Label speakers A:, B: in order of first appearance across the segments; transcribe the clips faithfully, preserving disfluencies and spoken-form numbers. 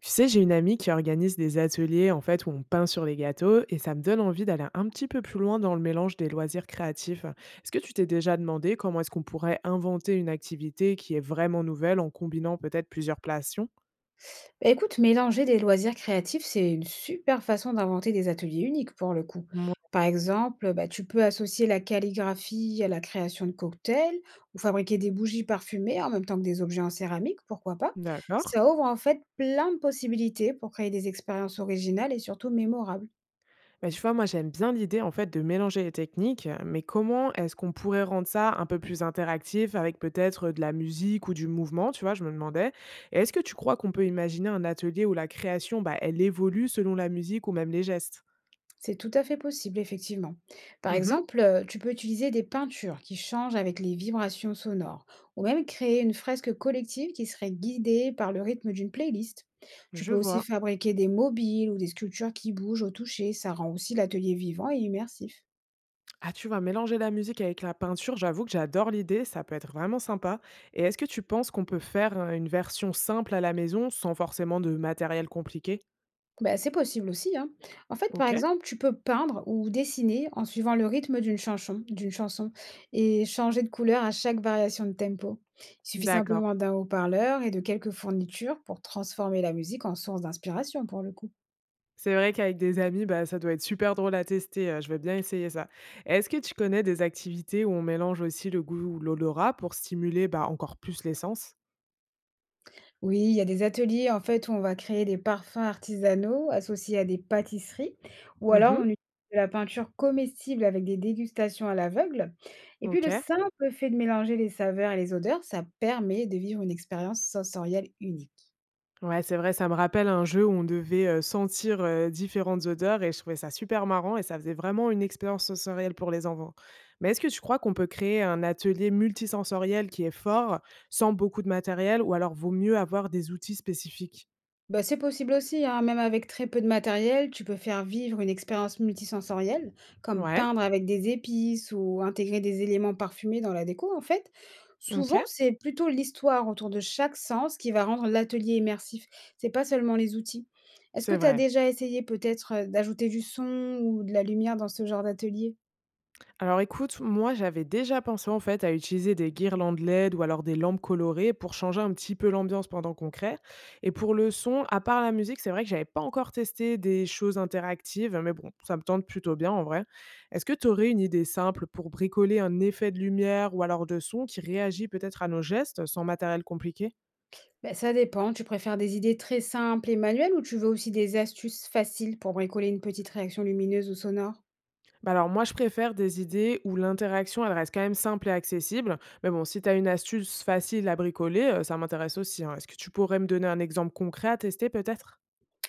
A: Tu sais, j'ai une amie qui organise des ateliers en fait où on peint sur les gâteaux et ça me donne envie d'aller un petit peu plus loin dans le mélange des loisirs créatifs. Est-ce que tu t'es déjà demandé comment est-ce qu'on pourrait inventer une activité qui est vraiment nouvelle en combinant peut-être plusieurs passions?
B: Bah, écoute, mélanger des loisirs créatifs, c'est une super façon d'inventer des ateliers uniques pour le coup.
A: Mouais,
B: Par exemple, bah, tu peux associer la calligraphie à la création de cocktails ou fabriquer des bougies parfumées en même temps que des objets en céramique, pourquoi pas.
A: d'accord.
B: Ça ouvre en fait plein de possibilités pour créer des expériences originales et surtout mémorables.
A: Bah, tu vois, moi j'aime bien l'idée en fait de mélanger les techniques, mais comment est-ce qu'on pourrait rendre ça un peu plus interactif avec peut-être de la musique ou du mouvement, tu vois, je me demandais. Et est-ce que tu crois qu'on peut imaginer un atelier où la création, bah, elle évolue selon la musique ou même les gestes?
B: C'est tout à fait possible, effectivement. Par
A: Mhm.
B: exemple, euh, tu peux utiliser des peintures qui changent avec les vibrations sonores, ou même créer une fresque collective qui serait guidée par le rythme d'une playlist. Tu
A: Je
B: peux aussi
A: vois.
B: fabriquer des mobiles ou des sculptures qui bougent au toucher, ça rend aussi l'atelier vivant et immersif.
A: Ah, tu vois, mélanger la musique avec la peinture, j'avoue que j'adore l'idée, ça peut être vraiment sympa. Et est-ce que tu penses qu'on peut faire, heu, une version simple à la maison sans forcément de matériel compliqué?
B: Bah, c'est possible aussi, hein. En fait, par
A: OK,
B: exemple, tu peux peindre ou dessiner en suivant le rythme d'une chanson, d'une chanson et changer de couleur à chaque variation de tempo. Il suffit
A: d'accord.
B: simplement d'un haut-parleur et de quelques fournitures pour transformer la musique en source d'inspiration pour le coup.
A: C'est vrai qu'avec des amis, bah, ça doit être super drôle à tester, heu, je vais bien essayer ça. Est-ce que tu connais des activités où on mélange aussi le goût ou l'odorat pour stimuler, bah, encore plus les sens?
B: Oui, il y a des ateliers en fait où on va créer des parfums artisanaux associés à des pâtisseries ou alors on
A: Mmh.
B: utilise de la peinture comestible avec des dégustations à l'aveugle. Et puis le
A: OK.
B: simple fait de mélanger les saveurs et les odeurs, ça permet de vivre une expérience sensorielle unique.
A: Ouais, c'est vrai, ça me rappelle un jeu où on devait, heu, sentir, heu, différentes odeurs et je trouvais ça super marrant et ça faisait vraiment une expérience sensorielle pour les enfants. Mais est-ce que tu crois qu'on peut créer un atelier multisensoriel qui est fort, sans beaucoup de matériel ou alors vaut mieux avoir des outils spécifiques?
B: Bah, c'est possible aussi, hein. Même avec très peu de matériel, tu peux faire vivre une expérience multisensorielle, comme
A: Ouais,
B: peindre avec des épices ou intégrer des éléments parfumés dans la déco, en fait. Souvent,
A: OK,
B: c'est plutôt l'histoire autour de chaque sens qui va rendre l'atelier immersif. C'est pas seulement les outils. Est-ce que
A: c'est
B: tu as
A: vrai.
B: déjà essayé peut-être euh, d'ajouter du son ou de la lumière dans ce genre d'atelier?
A: Alors écoute, moi j'avais déjà pensé en fait à utiliser des guirlandes L E D ou alors des lampes colorées pour changer un petit peu l'ambiance pendant qu'on crée. Et pour le son, à part la musique, c'est vrai que j'avais pas encore testé des choses interactives, mais bon, ça me tente plutôt bien en vrai. Est-ce que tu aurais une idée simple pour bricoler un effet de lumière ou alors de son qui réagit peut-être à nos gestes sans matériel compliqué?
B: Bah, ça dépend. Tu préfères des idées très simples et manuelles ou tu veux aussi des astuces faciles pour bricoler une petite réaction lumineuse ou sonore?
A: Bah alors moi, je préfère des idées où l'interaction, elle reste quand même simple et accessible. Mais bon, si tu as une astuce facile à bricoler, heu, ça m'intéresse aussi, hein. Est-ce que tu pourrais me donner un exemple concret à tester peut-être?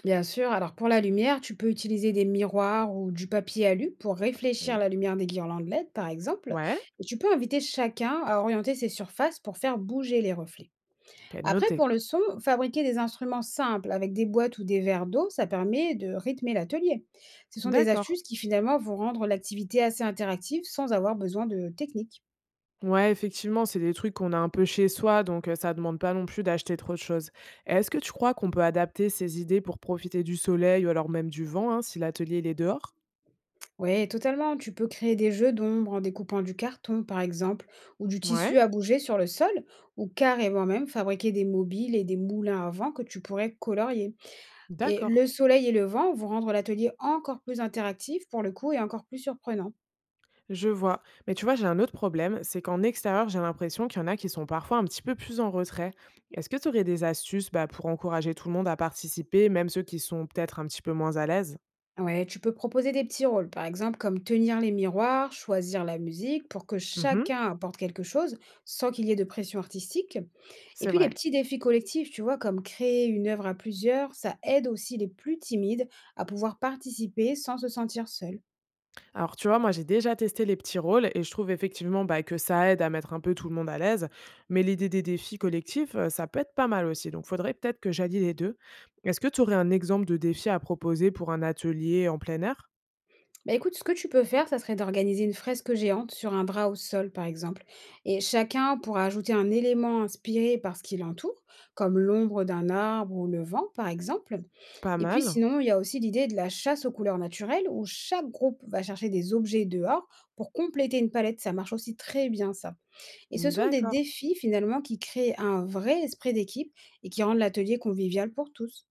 B: Bien sûr, alors pour la lumière, tu peux utiliser des miroirs ou du papier alu pour réfléchir
A: Mmh.
B: la lumière des guirlandes L E D, par exemple,
A: Ouais,
B: et tu peux inviter chacun à orienter ses surfaces pour faire bouger les reflets.
A: OK,
B: Après,
A: noté.
B: pour le son, fabriquer des instruments simples avec des boîtes ou des verres d'eau, ça permet de rythmer l'atelier. Ce sont des
A: D'accord.
B: astuces qui finalement vont rendre l'activité assez interactive sans avoir besoin de technique.
A: Ouais, effectivement, c'est des trucs qu'on a un peu chez soi, donc heu, ça demande pas non plus d'acheter trop de choses. Est-ce que tu crois qu'on peut adapter ces idées pour profiter du soleil ou alors même du vent, hein, si l'atelier il est dehors?
B: Ouais, totalement. Tu peux créer des jeux d'ombre en découpant du carton, par exemple, ou du
A: Ouais,
B: tissu à bouger sur le sol, ou carrément même fabriquer des mobiles et des moulins à vent que tu pourrais colorier. Et le
A: d'accord.
B: soleil et le vent vont rendre l'atelier encore plus interactif pour le coup et encore plus surprenant.
A: Je vois. Mais tu vois, j'ai un autre problème, c'est qu'en extérieur, j'ai l'impression qu'il y en a qui sont parfois un petit peu plus en retrait. Est-ce que tu aurais des astuces bah, pour encourager tout le monde à participer, même ceux qui sont peut-être un petit peu moins à l'aise?
B: Ouais, tu peux proposer des petits rôles, par exemple comme tenir les miroirs, choisir la musique pour que
A: Mhm.
B: chacun apporte quelque chose sans qu'il y ait de pression artistique. Et
A: C'est
B: puis les
A: vrai.
B: petits défis collectifs, tu vois, comme créer une œuvre à plusieurs, ça aide aussi les plus timides à pouvoir participer sans se sentir seuls.
A: Alors, tu vois, moi, j'ai déjà testé les petits rôles et je trouve effectivement bah, que ça aide à mettre un peu tout le monde à l'aise. Mais l'idée des défis collectifs, euh, ça peut être pas mal aussi. Donc, faudrait peut-être que j'allie les deux. Est-ce que tu aurais un exemple de défi à proposer pour un atelier en plein air?
B: Bah écoute, ce que tu peux faire, ça serait d'organiser une fresque géante sur un drap au sol, par exemple. Et chacun pourra ajouter un élément inspiré par ce qui l'entoure, comme l'ombre d'un arbre ou le vent, par exemple.
A: Pas
B: Et puis
A: mal.
B: sinon, il y a aussi l'idée de la chasse aux couleurs naturelles, où chaque groupe va chercher des objets dehors pour compléter une palette. Ça marche aussi très bien, ça. Et ce sont des
A: D'accord.
B: défis, finalement, qui créent un vrai esprit d'équipe et qui rendent l'atelier convivial pour tous.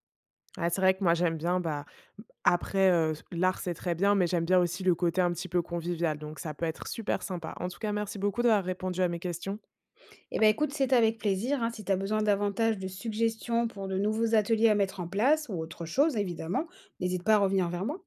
A: Ah, c'est vrai que moi j'aime bien bah, après, heu, l'art, c'est très bien, mais j'aime bien aussi le côté un petit peu convivial, donc ça peut être super sympa. En tout cas, merci beaucoup d'avoir répondu à mes questions.
B: Eh ben écoute, c'est avec plaisir, hein. Si tu as besoin davantage de suggestions pour de nouveaux ateliers à mettre en place ou autre chose, évidemment, n'hésite pas à revenir vers moi.